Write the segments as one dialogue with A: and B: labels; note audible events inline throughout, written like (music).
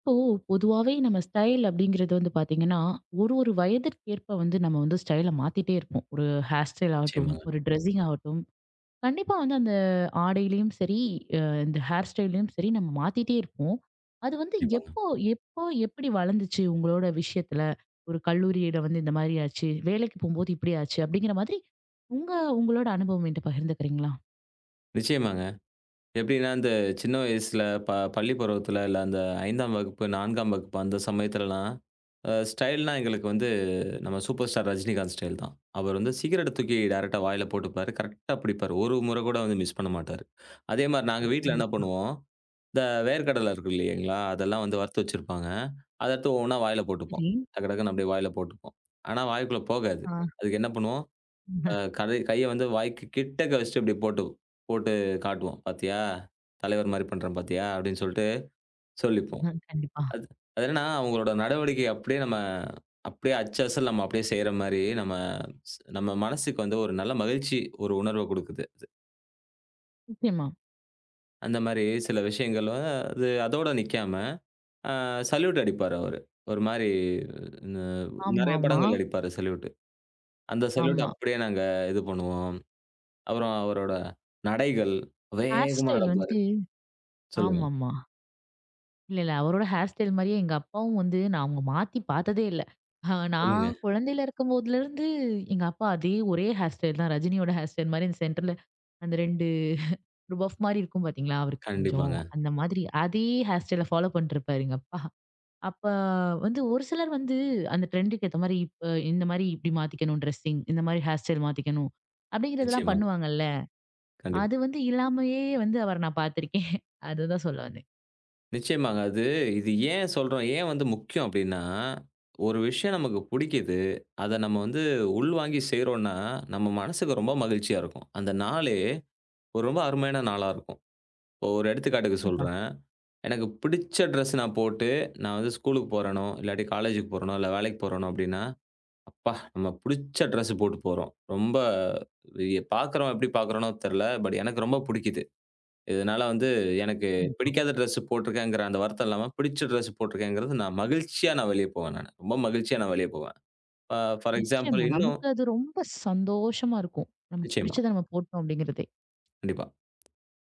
A: இப்போ பொதுவாவே நம்ம ஸ்டைல் அப்படிங்கிறது வந்து பாத்தீங்கன்னா, ஒரு ஒரு வயதிற்கு ஏற்ப வந்து நம்ம வந்து ஸ்டைல மாத்திட்டே இருப்போம். ஒரு ஹேர் ஸ்டைல் ஆகட்டும்,
B: நிச்சயமாங்க,
A: ஒரு ட்ரெஸ்ஸிங் ஆகட்டும், கண்டிப்பா வந்து அந்த ஆடையிலயும் சரி, இந்த ஹேர் ஸ்டைல்லயும் சரி நம்ம மாத்திட்டே இருப்போம். அது வந்து
B: நிச்சயமாங்க.
A: எப்போ எப்போ எப்படி வளர்ந்துச்சு உங்களோட விஷயத்துல? ஒரு கல்லூரியில வந்து இந்த மாதிரி ஆச்சு, வேலைக்கு போகும்போது இப்படி ஆச்சு அப்படிங்கிற மாதிரி உங்க உங்களோட அனுபவம் என்கிட்ட பகிர்ந்துக்கிறீங்களா?
B: நிச்சயமாங்க. எப்படின்னா, இந்த சின்ன வயசுல பள்ளி பருவத்துல இல்ல அந்த 5ஆம் வகுப்பு, 4ஆம் வகுப்பு அந்த சமயத்துலலாம், ஸ்டைல்னா எங்களுக்கு வந்து நம்ம சூப்பர் ஸ்டார் ரஜினிகாந்த் ஸ்டைல் தான். அவர் வந்து சிகரெட்ட தூக்கி டைரக்ட்டா வாயில போட்டுப்பாரு. கரெக்ட்டா பிடிப்பாரு. ஒரு முறை கூட வந்து மிஸ் பண்ண மாட்டாரு. அதே மாரி நாங்க வீட்ல என்ன
A: கண்டிப்பா.
B: பண்ணுவோம், இந்த வேர்க்கடலை இருக்கு இல்லைங்களா, அதெல்லாம் வந்து வறுத்து வச்சிருப்பாங்க. அத எடுத்து ஒவ்வொன்னா வாயில போட்டுப்போம்.
A: சரி.
B: டக்கு டக்குன்னு அப்படியே வாயில போட்டுப்போம். ஆனா வாய்க்குள்ள போகாது.
A: ஆ.
B: அதுக்கு என்ன பண்ணுவோம்
A: (laughs)
B: கடை கைய வந்து வாய்க்கு கிட்டக்க வச்சுட்டு இப்டி போட்டு போட்டு காட்டுவோம். "பாத்தியா? தலைவர் மாரி பண்றேன் பாத்தியா?" அப்டின்னு சொல்ட்டு சொல்லிப்போம்.
A: கண்டிப்பா.
B: அது அது என்னன்னா, அவங்களோட நடவடிக்கை அப்டியே நம்ம அப்டியே அச்சசல் நம்ம அப்டியே செய்ற மாரி, நம்ம நம்ம மனசுக்கு வந்து ஒரு நல்ல மகிழ்ச்சி ஒரு உணர்வ குடுக்குது அது.
A: நிச்சயமா.
B: அந்த மாரி சில விஷயங்கள் அது அதோட நிக்காம, அ சல்யூட் அடிப்பாரு அவரு. ஒரு மாரி ந
A: ஆமாமா.
B: நெறைய
A: ஆமா.
B: படங்கள் அடிப்பாரு சல்யூட். அந்த சல்யூட்
A: ஆமா,
B: அப்டியே நாங்க இது பண்ணுவோம். அப்புறம் அவரோட நடைகள்
A: ஹேர்
B: வேகமா
A: ஸ்டைல்
B: நடப்பாரு.
A: வந்துட்டு
B: சொல்லுங்க,
A: ஆமாமா. இல்ல, இல்ல. அவரோட ஹேர் ஸ்டைல் மாரியே எங்க அப்பாவும் வந்து நான் அவங்க மாத்தி பார்த்ததே இல்ல. நான்
B: சொல்லுங்க.
A: குழந்தையில இருக்கும்போதுலருந்து எங்க அப்பா அதே ஒரே ஹேர் ஸ்டைல் தான். ரஜினியோட ஹேர் ஸ்டைல் மாரி அந்த சென்டர்ல அந்த 2 ஒரு பஃப் மாரி இருக்கும் பார்த்தீங்களா? அவருக்கு கொஞ்சம்
B: கண்டிப்பாங்க.
A: அந்த மாதிரி அதே ஹேர் ஸ்டைல ஃபாலோ பண்ணிட்டுருப்பாரு எங்க அப்பா. அப்ப வந்து ஒரு சிலர் வந்து அந்த ட்ரெண்டுக்கு ஏத்த மாரி இப்ப இந்த மாரி இப்படி மாத்திக்கணும் ட்ரெஸ்ஸிங், இந்த மாரி ஹேர் ஸ்டைல் மாத்திக்கணும் அப்படிங்கிறதெல்லாம்
B: நிச்சயமாங்க.
A: பண்ணுவாங்கல்ல.
B: கண்டிப்பா.
A: அது வந்து இல்லாமயே வந்து அவர நான் பார்த்துருக்கேன். (laughs) அதுதான் சொல்ல வந்தேன்.
B: நிச்சயமாங்க. அது இது ஏன் சொல்றோம், ஏன் வந்து முக்கியம் அப்டின்னா, ஒரு விஷயம் நமக்கு புடிக்குது. அத நம்ம வந்து உள்வாங்கி செய்றோம்னா, நம்ம மனசுக்கு ரொம்ப மகிழ்ச்சியா இருக்கும். அந்த நாளே ஒரு ரொம்ப அருமையான நாளா இருக்கும். இப்போ ஒரு எடுத்துக்காட்டுக்கு
A: கண்டிப்பா,
B: சொல்றேன். எனக்கு பிடிச்ச ட்ரெஸ் நான் போட்டு, நான் வந்து ஸ்கூலுக்கு போறேனோ, இல்லாட்டி காலேஜுக்கு போறேனோ, இல்ல வேலைக்கு போறேனோ அப்டின்னா அப்பா! நம்ம புடிச்ச ட்ரெஸ் போட்டு போறோம். ரொம்ப இ பார்க்குறவன் எப்படி பார்க்குறானோ தெரியல. பட் எனக்கு ரொம்ப புடிக்குது. இதனால வந்து எனக்கு
A: கண்டிப்பா.
B: பிடிக்காத ட்ரெஸ் போட்டிருக்கேங்கிற அந்த வருத்தம் இல்லாம, பிடிச்ச ட்ரெஸ் போட்டிருக்கேங்கிறது நான் மகிழ்ச்சியா நான் வெளிய போவேன் நானு. ரொம்ப மகிழ்ச்சியா நான் வெளிய போவேன். அ ஃபார் எக்ஸாம்பிள்
A: நிச்சயமா.
B: இன்னும்
A: நமக்கு அது ரொம்ப சந்தோஷமா இருக்கும். நமக்கு
B: நிச்சயமா.
A: பிடிச்சத நம்ம போட்டோம் அப்படிங்கிறதே.
B: கண்டிப்பா.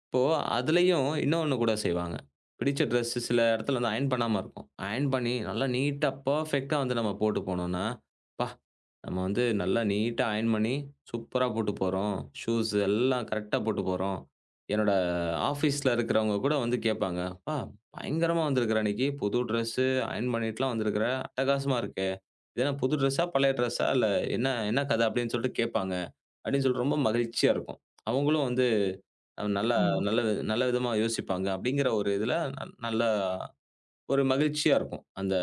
B: இப்போ அதுலயும் இன்னொன்னு கூட செய்வாங்க. பிடிச்ச ட்ரெஸ் சில இடத்துல வந்து அயர்ன் பண்ணாம இருக்கும். அயர்ன் பண்ணி நல்லா நீட்டா, பெர்ஃபெக்ட்டா வந்து நம்ம போட்டு போனோம்னா, "அப்பா! நம்ம வந்து நல்லா நீட்டா அயர்ன் பண்ணி சூப்பரா போட்டு போறோம். ஷூஸ் எல்லாம் கரெக்ட்டா போட்டு போறோம்." என்னோட ஆஃபீஸ்ல இருக்கிறவங்க கூட வந்து கேட்பாங்க, "அப்பா! பயங்கரமா வந்திருக்கிற இன்னைக்கு. புது ட்ரெஸ்ஸு அயர்ன் பண்ணிட்டுலாம் வந்திருக்கிற. அட்டகாசமா இருக்கே! இது என்ன புது ட்ரெஸ்ஸா? பழைய ட்ரெஸ்ஸா? இல்ல என்ன என்ன கதை?" அப்படின்னு சொல்லிட்டு கேட்பாங்க. அப்படின்னு சொல்லிட்டு ரொம்ப மகிழ்ச்சியா இருக்கும். அவங்களும் வந்து நல்லா
A: ஆமா.
B: நல்ல விதமா யோசிப்பாங்க அப்படிங்கிற ஒரு இதுல நல்லா ஒரு மகிழ்ச்சியா இருக்கும். அந்த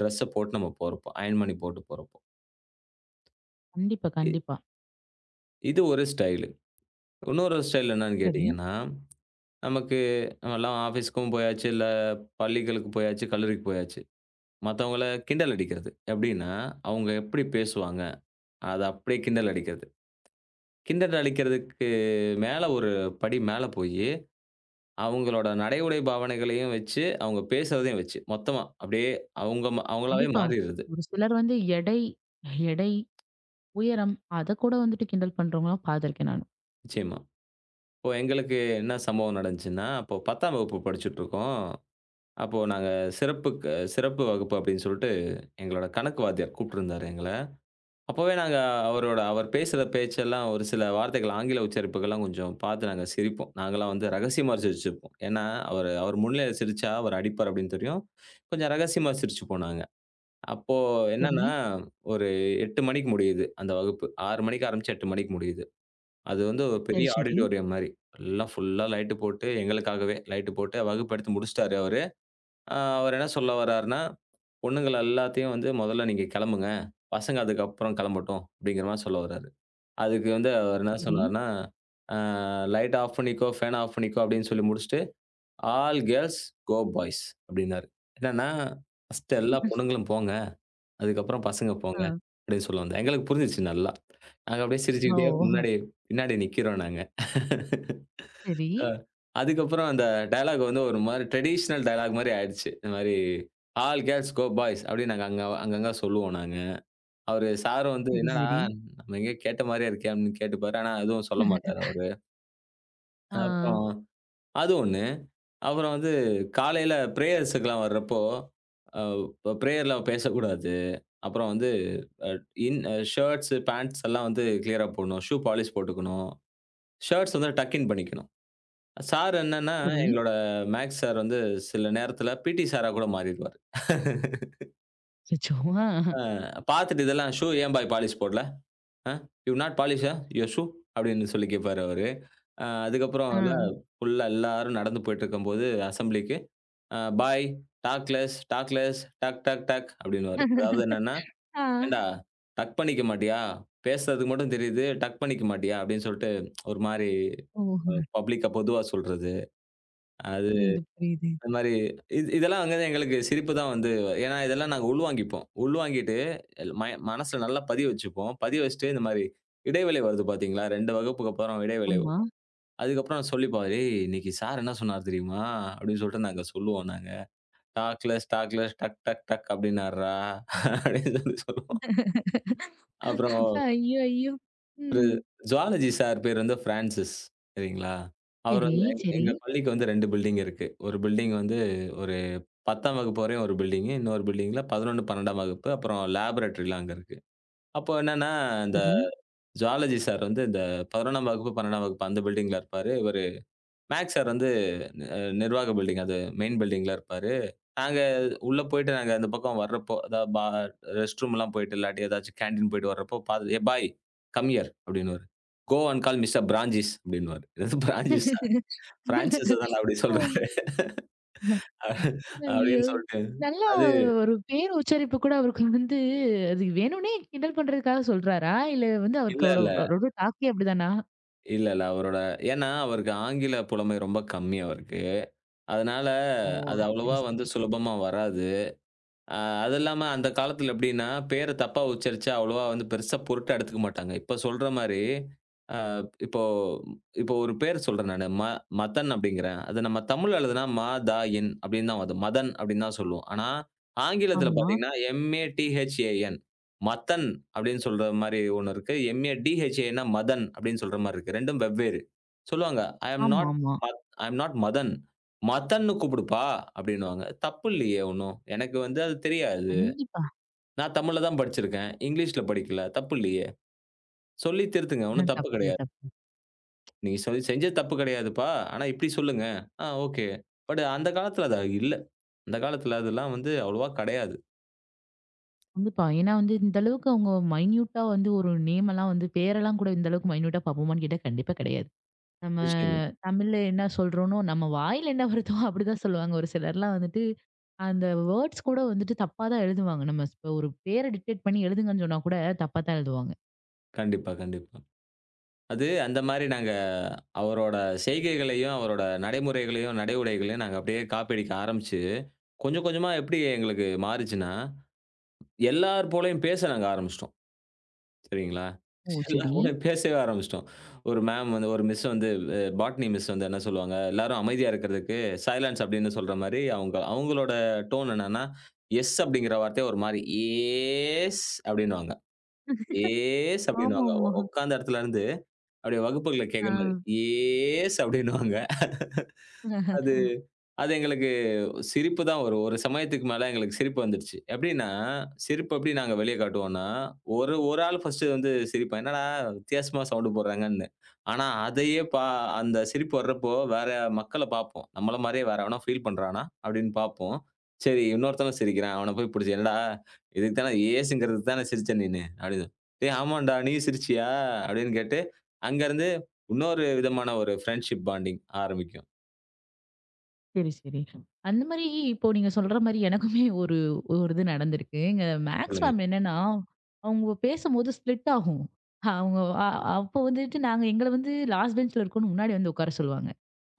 B: ட்ரெஸ்ஸ போட்டு நம்ம போறப்போ, அயர்ன் பண்ணி போட்டு போறப்போ.
A: கண்டிப்பா,
B: இ
A: கண்டிப்பா.
B: இது ஒரு ஸ்டைலு. இன்னொரு ஸ்டைல் என்னன்னு
A: சரி.
B: கேட்டீங்கன்னா, நமக்கு நம்மலாம் ஆஃபீஸ்க்கும் போயாச்சு, இல்ல பள்ளிகளுக்கு போயாச்சு, கல்லூரிக்கு போயாச்சு. மத்தவங்கள கிண்டல் அடிக்கிறது. எப்படின்னா, அவங்க எப்படி பேசுவாங்க, அத அப்படியே கிண்டல் அடிக்கிறது. கிண்டல் அடிக்கிறதுக்கு மேல ஒரு படி மேல போயி அவங்களோட நடை, உடை பாவனைகளையும் வச்சு, அவங்க பேசுறதையும் வச்சு, மொத்தமா அப்படியே அவங்க அவங்களாவே
A: கண்டிப்பா.
B: மாறிருது.
A: ஒரு சிலர் வந்து எடை, எடை, உயரம் அத கூட வந்துட்டு கிண்டல் பண்றவங்கலாம் பார்த்துருக்கேன் நானு.
B: நிச்சயமா. இப்போ எங்களுக்கு என்ன சம்பவம் நடந்துச்சுன்னா, அப்போ 10ஆம் வகுப்பு படிச்சுட்டுருக்கோம். அப்போ நாங்க சிறப்புக்கு சிறப்பு வகுப்பு அப்படின்னு சொல்லிட்டு எங்களோட கணக்கு வாத்தியார் கூப்பிட்டுருந்தாரு எங்கள. அப்பவே நாங்க அவர் பேசுற பேச்செல்லாம் ஒரு சில வார்த்தைகள் ஆங்கில உச்சரிப்புகள்லாம் கொஞ்சம் பார்த்து நாங்க சிரிப்போம். நாங்கலாம் வந்து ரகசியமா சிரிச்சுப்போம். ஏன்னா, அவர் முன்னிலையில சிரிச்சா அவர் அடிப்பார் அப்படின்னு தெரியும். கொஞ்சம் ரகசியமா சிரிச்சுப்போம் நாங்க. அப்போ
A: சரி.
B: என்னன்னா, ஒரு 8 மணிக்கு முடியுது அந்த வகுப்பு. 6 மணிக்கு ஆரம்பிச்சு 8 மணிக்கு முடியுது. அது வந்து ஒரு பெரிய
A: சரி, சரி.
B: ஆடிட்டோரியம் மாரி. எல்லாம் ஃபுல்லா லைட்டு போட்டு எங்களுக்காகவே லைட்டு போட்டு வகுப்பு எடுத்து முடிச்சுட்டாரு அவரு. அவர் என்ன சொல்ல வர்றாருன்னா, "பொண்ணுங்கள எல்லாத்தையும் வந்து முதல்ல நீங்க கிளம்புங்க. பசங்க அதுக்கப்புறம் கிளம்பட்டும்." அப்படிங்கிற மாரி சொல்ல வர்றாரு. அதுக்கு வந்து அவர் என்ன
A: சரி.
B: சொன்னாருன்னா, அ "லைட் ஆஃப் பண்ணிக்கோ, ஃபேன் ஆஃப் பண்ணிக்கோ" அப்படின்னு சொல்லி முடிச்சுட்டு, "ஆல் கேர்ள்ஸ் கோ பாய்ஸ்" அப்படின்னாரு. என்னன்னா, "ஃபர்ஸ்ட்டு எல்லா
A: (laughs)
B: பொண்ணுங்களும் போங்க." அதுக்கப்புறம் "பசங்க
A: ஆ.
B: போங்க" அப்படின்னு சொல்ல வந்தேன். எங்களுக்கு புரிஞ்சுச்சு நல்லா. நாங்க அப்படியே சிரிச்சுக்கிட்டே
A: ஓ!
B: முன்னாடி பின்னாடி நிக்கிறோம் நாங்க.
A: சரி.
B: அ அதுக்கப்புறம் அந்த டயலாக் வந்து ஒரு மாரி ட்ரெடிஷனல் டயலாக் மாரி ஆயிடுச்சு. இந்த மாரி "ஆல் கேட்ஸ் கோ பாய்ஸ்" அப்படின்னு நாங்க அங்க அங்கங்க சொல்லுவோம் நாங்க. அவரு சாரும் வந்து
A: சரி,
B: "என்னடா
A: சரி.
B: நம்ம எங்கேயோ கேட்ட மாரியே இருக்கே" அப்படின்னு கேட்டுப்பாரு. ஆனா எதுவும் சொல்ல மாட்டாரு அவரு.
A: ஆ.
B: அப்புறம் அது ஒண்ணு. அப்புறம் வந்து காலையில பிரேயர்ஸுக்குலாம் வர்றப்போ, பிரேயர்ல பேசக்கூடாது. அப்புறம் வந்து அ இன் அ ஷர்ட்ஸ், பேண்ட்ஸ் எல்லாம் வந்து கிளியரா போடணும். ஷூ பாலிஷ் போட்டுக்கணும். ஷர்ட்ஸ் வந்து டக் இன் பண்ணிக்கணும். சார் என்னன்னா,
A: சரி.
B: எங்களோட மேக்ஸ் சார் வந்து சில நேரத்தில பிடி சாரா கூட மாறிடுவாரு.
A: அச்சச்சோ! ஆ.
B: அ பார்த்துட்டு இதெல்லாம் ஷூ ஏன் பாய் பாலிஷ் போடல? அ யூ நாட் பாலிஷா யுவர் ஷூ? அப்படின்னு சொல்லி கேட்பாரு அவரு. அதுக்கப்புறம்
A: ஆ.
B: இல்ல ஃபுல்லா எல்லாரும் நடந்து போயிட்டு இருக்கும்போது அசெம்பிளிக்கு, boy talk less, talk less, டக் டக் டக் அப்படின்னுவாரு. அதாவது என்னன்னா
A: ஆ.
B: "ஏன்டா டக் பண்ணிக்க மாட்டியா? பேசுறதுக்கு மட்டும் தெரியுது, டக் பண்ணிக்க மாட்டியா?" அப்படின்னு சொல்லிட்டு ஒரு மாரி
A: ஓ!
B: பப்ளிக்கா பொதுவா சொல்றது. அது
A: புரியுது, புரியுது.
B: அந்த மாரி இது இதெல்லாம் வந்து எங்களுக்கு சிரிப்பு தான் வந்து ஏன்னா இதெல்லாம் நாங்க உள்வாங்கிப்போம். உள்வாங்கிட்டு எல்- ம மனசுல நல்லா பதிய வச்சுப்போம். பதிய வச்சுட்டு இந்த மாரி இடைவேளை வருது பார்த்தீங்களா? 2 வகுப்புக்கு அப்புறம் இடைவேளை
A: ஆமா.
B: வரும். அதுக்கப்புறம் சொல்லிப்போம். "ஏய் இன்னைக்கு சார் என்ன சொன்னார் தெரியுமா?" அப்படின்னு சொல்லிட்டு நாங்க சொல்லுவோம் நாங்க. "டாக்லெஸ், டாக்லெஸ், டக், டக், டக் அப்படின்னார்றா" அப்படின்னு சொல்லி சொல்லுவோம்.
A: (laughs)
B: அப்புறம்
A: ஐயோ! ஐயோ!
B: ஒரு
A: ம்.
B: ஜூவாலஜி சார் பேர் வந்து பிரான்சிஸ் சரிங்களா. அவர்
A: சரி,
B: வந்து
A: சரி,
B: எங்க பள்ளிக்கு வந்து 2 பில்டிங் இருக்கு. ஒரு பில்டிங் வந்து ஒரு 10ஆம் வகுப்பு வரையும் ஒரு பில்டிங். இன்னொரு பில்டிங்ல 11, 12ஆம் வகுப்பு. அப்புறம் லேபரேட்டரிலாம் அங்க இருக்கு. அப்போ என்னன்னா, இந்த
A: சரி.
B: ஜூவாலஜி சார் வந்து இந்த 11ஆம் வகுப்பு, 12ஆம் வகுப்பு அந்த பில்டிங்ல இருப்பாரு. இவரு மேத்ஸ் சார் வந்து அ நிர்வாக பில்டிங் அது மெயின் பில்டிங்ல இருப்பாரு. நாங்க உள்ள போயிட்டு நாங்க அந்த பக்கம் வர்றப்போ, அதாவது ரெஸ்ட் ரூம்லாம் போயிட்டு, இல்லாட்டி ஏதாச்சும் கேன்டீன் போயிட்டு வர்றப்போ பாத்து "ஏ பாய் கம் ஹியர்" அப்படின்னுவாரு. "Go and call mister Francis" அப்படின்னுவாரு. "என்னது பிரான்சிஸா? பிரான்சிஸ தான்டா அப்படி
A: ஓ!
B: சொல்றாரு"
A: ஐயோ!
B: அப்படின்னு சொல்லிட்டு,
A: நல்லா
B: அது
A: ஒரு பேர் உச்சரிப்பு கூட அவருக்கு வந்து அது வேணும்னே கிண்டல் பண்றதுக்காக சொல்றாரா? இல்ல வந்து
B: இல்ல,
A: அவருக்கோட
B: இல்ல,
A: அவரோட டாக்கே அப்படிதானா?
B: இல்ல, இல்ல. அவரோட ஏன்னா அவருக்கு ஆங்கில புலமை ரொம்ப கம்மி அவருக்கு. அதனால
A: ஓ!
B: அது
A: சரி,
B: அவ்வளவா வந்து
A: சரி.
B: சுலபமா வராது. ஆ அது இல்லாம அந்த காலத்துல எப்படின்னா, பேர தப்பா உச்சரிச்சா அவ்வளவா வந்து பெருசா பொருட்டா எடுத்துக்க மாட்டாங்க. இப்ப சொல்ற மாரி, அ இப்போ இப்போ ஒரு பேர் சொல்றேன் நானு. மதன் அப்படிங்கிறேன். அது நம்ம தமிழ்ல எழுதுனா ம, த, என் அப்படின்னு தான் வரும். மதன் அப்படின்னு தான் சொல்லுவோம். ஆனா ஆங்கிலத்துல
A: ஆமா.
B: பார்த்தீங்கன்னா, எம்-ஏ-டி-ஹெச்-ஏ-என் மதன் அப்படின்னு சொல்ற மாரி ஒண்ணு இருக்கு. எம்-ஏ-டி-ஹெச்-ஏ-என்னா மதன் அப்படின்னு சொல்ற மாரி இருக்கு. 2ம் வெவ்வேறு. சொல்லுவாங்க, "ஐ அம்
A: ஆமா,
B: நாட்
A: ஆமா.
B: மத் ஐ அம் நாட் மதன். மதன்னு கூப்பிடுப்பா அப்படின்னுவாங்க. தப்பு இல்லையே ஒண்ணும். எனக்கு வந்து அது தெரியாது.
A: கண்டிப்பா.
B: நான் தமிழ்ல தான் படிச்சிருக்கேன். இங்கிலீஷ்ல படிக்கல. தப்பு இல்லையே. சொல்லி திருத்துங்க.
A: அ
B: ஒண்ணும் தப்பு
A: தப்பில்ல,
B: கிடையாது.
A: தப்பில்ல.
B: நீங்க சொல்லி செஞ்சது தப்பு கிடையாதுப்பா. ஆனா இப்படி சொல்லுங்க. ஆ ஓகே. பட் அந்த காலத்துல அது இல்ல. அந்த காலத்துல அதெல்லாம் வந்து அவ்வளவா கிடையாது.
A: கண்டிப்பா. ஏன்னா வந்து இந்த அளவுக்கு அவங்க மைன்யூட்டா வந்து ஒரு நேம் எல்லாம் வந்து பேரெல்லாம் கூட இந்த அளவுக்கு மைன்யூட்டா பார்ப்போமான்னு கேட்டா கண்டிப்பா கிடையாது. நம்ம
B: நிச்சயமா.
A: தமிழ்ல என்ன சொல்றோனோ, நம்ம வாயில என்ன வருதோ அப்படிதான் சொல்லுவாங்க. ஒரு சிலர்லாம் வந்துட்டு, அந்த வேர்ட்ஸ் கூட வந்துட்டு தப்பா தான் எழுதுவாங்க. நம்ம இப்ப ஒரு பேர டிக்டேட் பண்ணி எழுதுங்கன்னு சொன்னா கூட, தப்பா தான் எழுதுவாங்க.
B: கண்டிப்பா, கண்டிப்பா. அது அந்த மாரி நாங்க அவரோட செய்கைகளையும், அவரோட நடைமுறைகளையும், நடை உடைகளையும் நாங்க அப்படியே காப்பி அடிக்க ஆரம்பிச்சு, கொஞ்சம் கொஞ்சமா எப்படி எங்களுக்கு மாறுச்சுன்னா, எல்லார் போலயும் பேச நாங்க ஆரம்பிச்சுட்டோம். சரிங்களா? எல்லாரும் கூட பேசவே ஆரம்பிச்சுட்டோம். ஒரு மேம் வந்து ஒரு மிஸ் வந்து பாட்னி மிஸ் வந்து என்ன சொல்லுவாங்க, எல்லாரும் அமைதியா இருக்கிறதுக்கு சைலன்ஸ் அப்படின்னு சொல்ற மாரி அவங்களோட டோன் என்னன்னா, எஸ் அப்படிங்கிற வார்த்தைய ஒரு மாரி ஏஸ் அப்படின்னுவாங்க. ஏஸ் அப்படின்னுவாங்க.
A: ஆமாமா.
B: உட்காந்த இடத்துல இருந்து அப்படியே வகுப்புகள்ல
A: ஆ.
B: கேட்கிற மாரி ஏஸ் அப்படின்னுவாங்க. அது எங்களுக்கு சிரிப்பு தான் வரும். ஒரு சமயத்துக்கு மேல எங்களுக்கு சிரிப்பு வந்துடுச்சு. எப்படின்னா, சிரிப்பு எப்படி நாங்க வெளிய காட்டுவோம்னா, ஒரு ஒரு ஆள் ஃபர்ஸ்ட்டு வந்து சிரிப்பான். "என்னடா வித்தியாசமா சவுண்டு போடுறாங்கன்னு." ஆனா அதையே அந்த சிரிப்பு வர்றப்போ வேற மக்கள பார்ப்போம். நம்மள மாரியே வேற எவனா ஃபீல் பண்றானா? அப்படின்னு பார்ப்போம். சரி இன்னொருத்தனும் சிரிக்கிறான். அவன போய் புடிச்சு, "என்னடா இதுக்கு தானே ஏசுங்கிறதுக்கு தானே சிரிச்ச நீனு?" அப்படின்னு. "டேய் ஆமான்டா நீயும் சிரிச்சியா?" அப்படின்னு கேட்டு, அங்கருந்து இன்னொரு விதமான ஒரு ஃப்ரெண்ட்ஷிப் பாண்டிங் ஆரம்பிக்கும்.
A: சரி, சரி. அந்த மாரி இப்போ நீங்க சொல்ற மாரி எனக்குமே ஒரு ஒரு இது நடந்திருக்கு. எங்க மேக்ஸ்
B: சொல்லுங்க.
A: மேம் என்னன்னா, அவங்க பேசும்போது ஸ்ப்ளிட் ஆகும். அவங்க அ அப்போ வந்துட்டு நாங்க எங்கள வந்து லாஸ்ட் பெஞ்ச்ல இருக்கோம்னு முன்னாடி வந்து உட்கார சொல்லுவாங்க.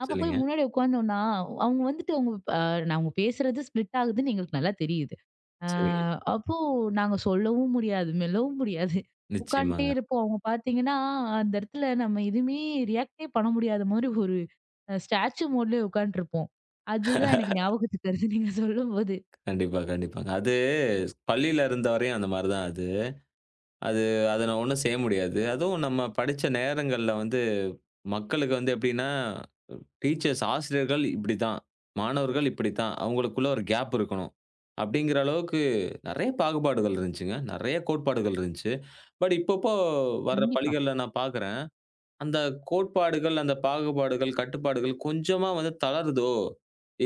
A: அப்ப போய்
B: சொல்லுங்க.
A: முன்னாடி உட்காந்தோம்னா, அவங்க வந்துட்டு அவங்க பேசுறது ஸ்ப்ளிட் ஆகுதுன்னு எங்களுக்கு நல்லா தெரியுது. ஆ,
B: சரி.
A: அப்போ நாங்க சொல்லவும் முடியாது, மெல்லவும் முடியாது. உட்காந்துட்டே
B: நிச்சயமாங்க.
A: இருப்போம். அவங்க பார்த்தீங்கன்னா, அந்த இடத்துல நம்ம எதுவுமே ரியாக்ட்டே பண்ண முடியாத மாரி ஒரு ஸ்டாச்சு மோட்லயே உட்கான்ட்டுருப்போம். அதுதான் எனக்கு ஞாபகத்துக்கு வருது (laughs) நீங்க சொல்லும்போது.
B: கண்டிப்பா, கண்டிப்பாங்க. அது பள்ளியில இருந்த வரையும் அந்த மாரி தான் அது. அது அத நான் ஒண்ணும் செய்ய முடியாது. அதுவும் நம்ம படிச்ச நேரங்கள்ல வந்து மக்களுக்கு வந்து எப்படின்னா, டீச்சர்ஸ் ஆசிரியர்கள் இப்படித்தான், மாணவர்கள் இப்படித்தான். அவங்களுக்குள்ள ஒரு கேப் இருக்கணும். அப்படிங்கிற அளவுக்கு நெறைய பாகுபாடுகள் இருந்துச்சுங்க. நெறைய கோட்பாடுகள் இருந்துச்சு. பட் இப்பப்போ வர்ற
A: கண்டிப்பா,
B: பள்ளிகள்ல நான் பார்க்குறேன். அந்த கோட்பாடுகள், அந்த பாகுபாடுகள், கட்டுப்பாடுகள் கொஞ்சமா வந்து தளருதோ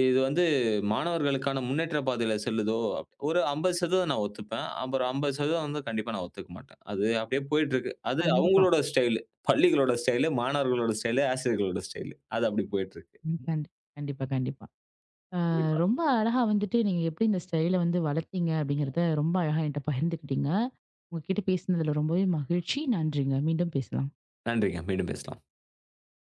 B: இது வந்து மாணவர்களுக்கான முன்னேற்ற பாதையில செல்லுதோ, அப்- ஒரு 50% நான் ஒத்துப்பேன். அப்புறம் 50% வந்து கண்டிப்பா நான் ஒத்துக்க மாட்டேன். அது அப்படியே போயிட்டுருக்கு. அது
A: கண்டிப்பா.
B: அவங்களோட ஸ்டைலு. பள்ளிகளோட ஸ்டைலு, மாணவர்களோட ஸ்டைலு, ஆசிரியர்களோட ஸ்டைலு. அது அப்படி போயிட்டுருக்கு.
A: ம். கண்டிப்பா, கண்டிப்பா. அ
B: கண்டிப்பா.
A: ரொம்ப அழகா வந்துட்டு நீங்க எப்படி இந்த ஸ்டைல வந்து வளர்த்தீங்க அப்படிங்கிறத ரொம்ப அழகா என்ட்ட பகிர்ந்துக்கிட்டீங்க. உங்க கிட்ட பேசினதுல ரொம்பவே மகிழ்ச்சி. நன்றிங்க. மீண்டும் பேசலாம்.
B: நன்றிங்க. மீண்டும் பேசலாம்.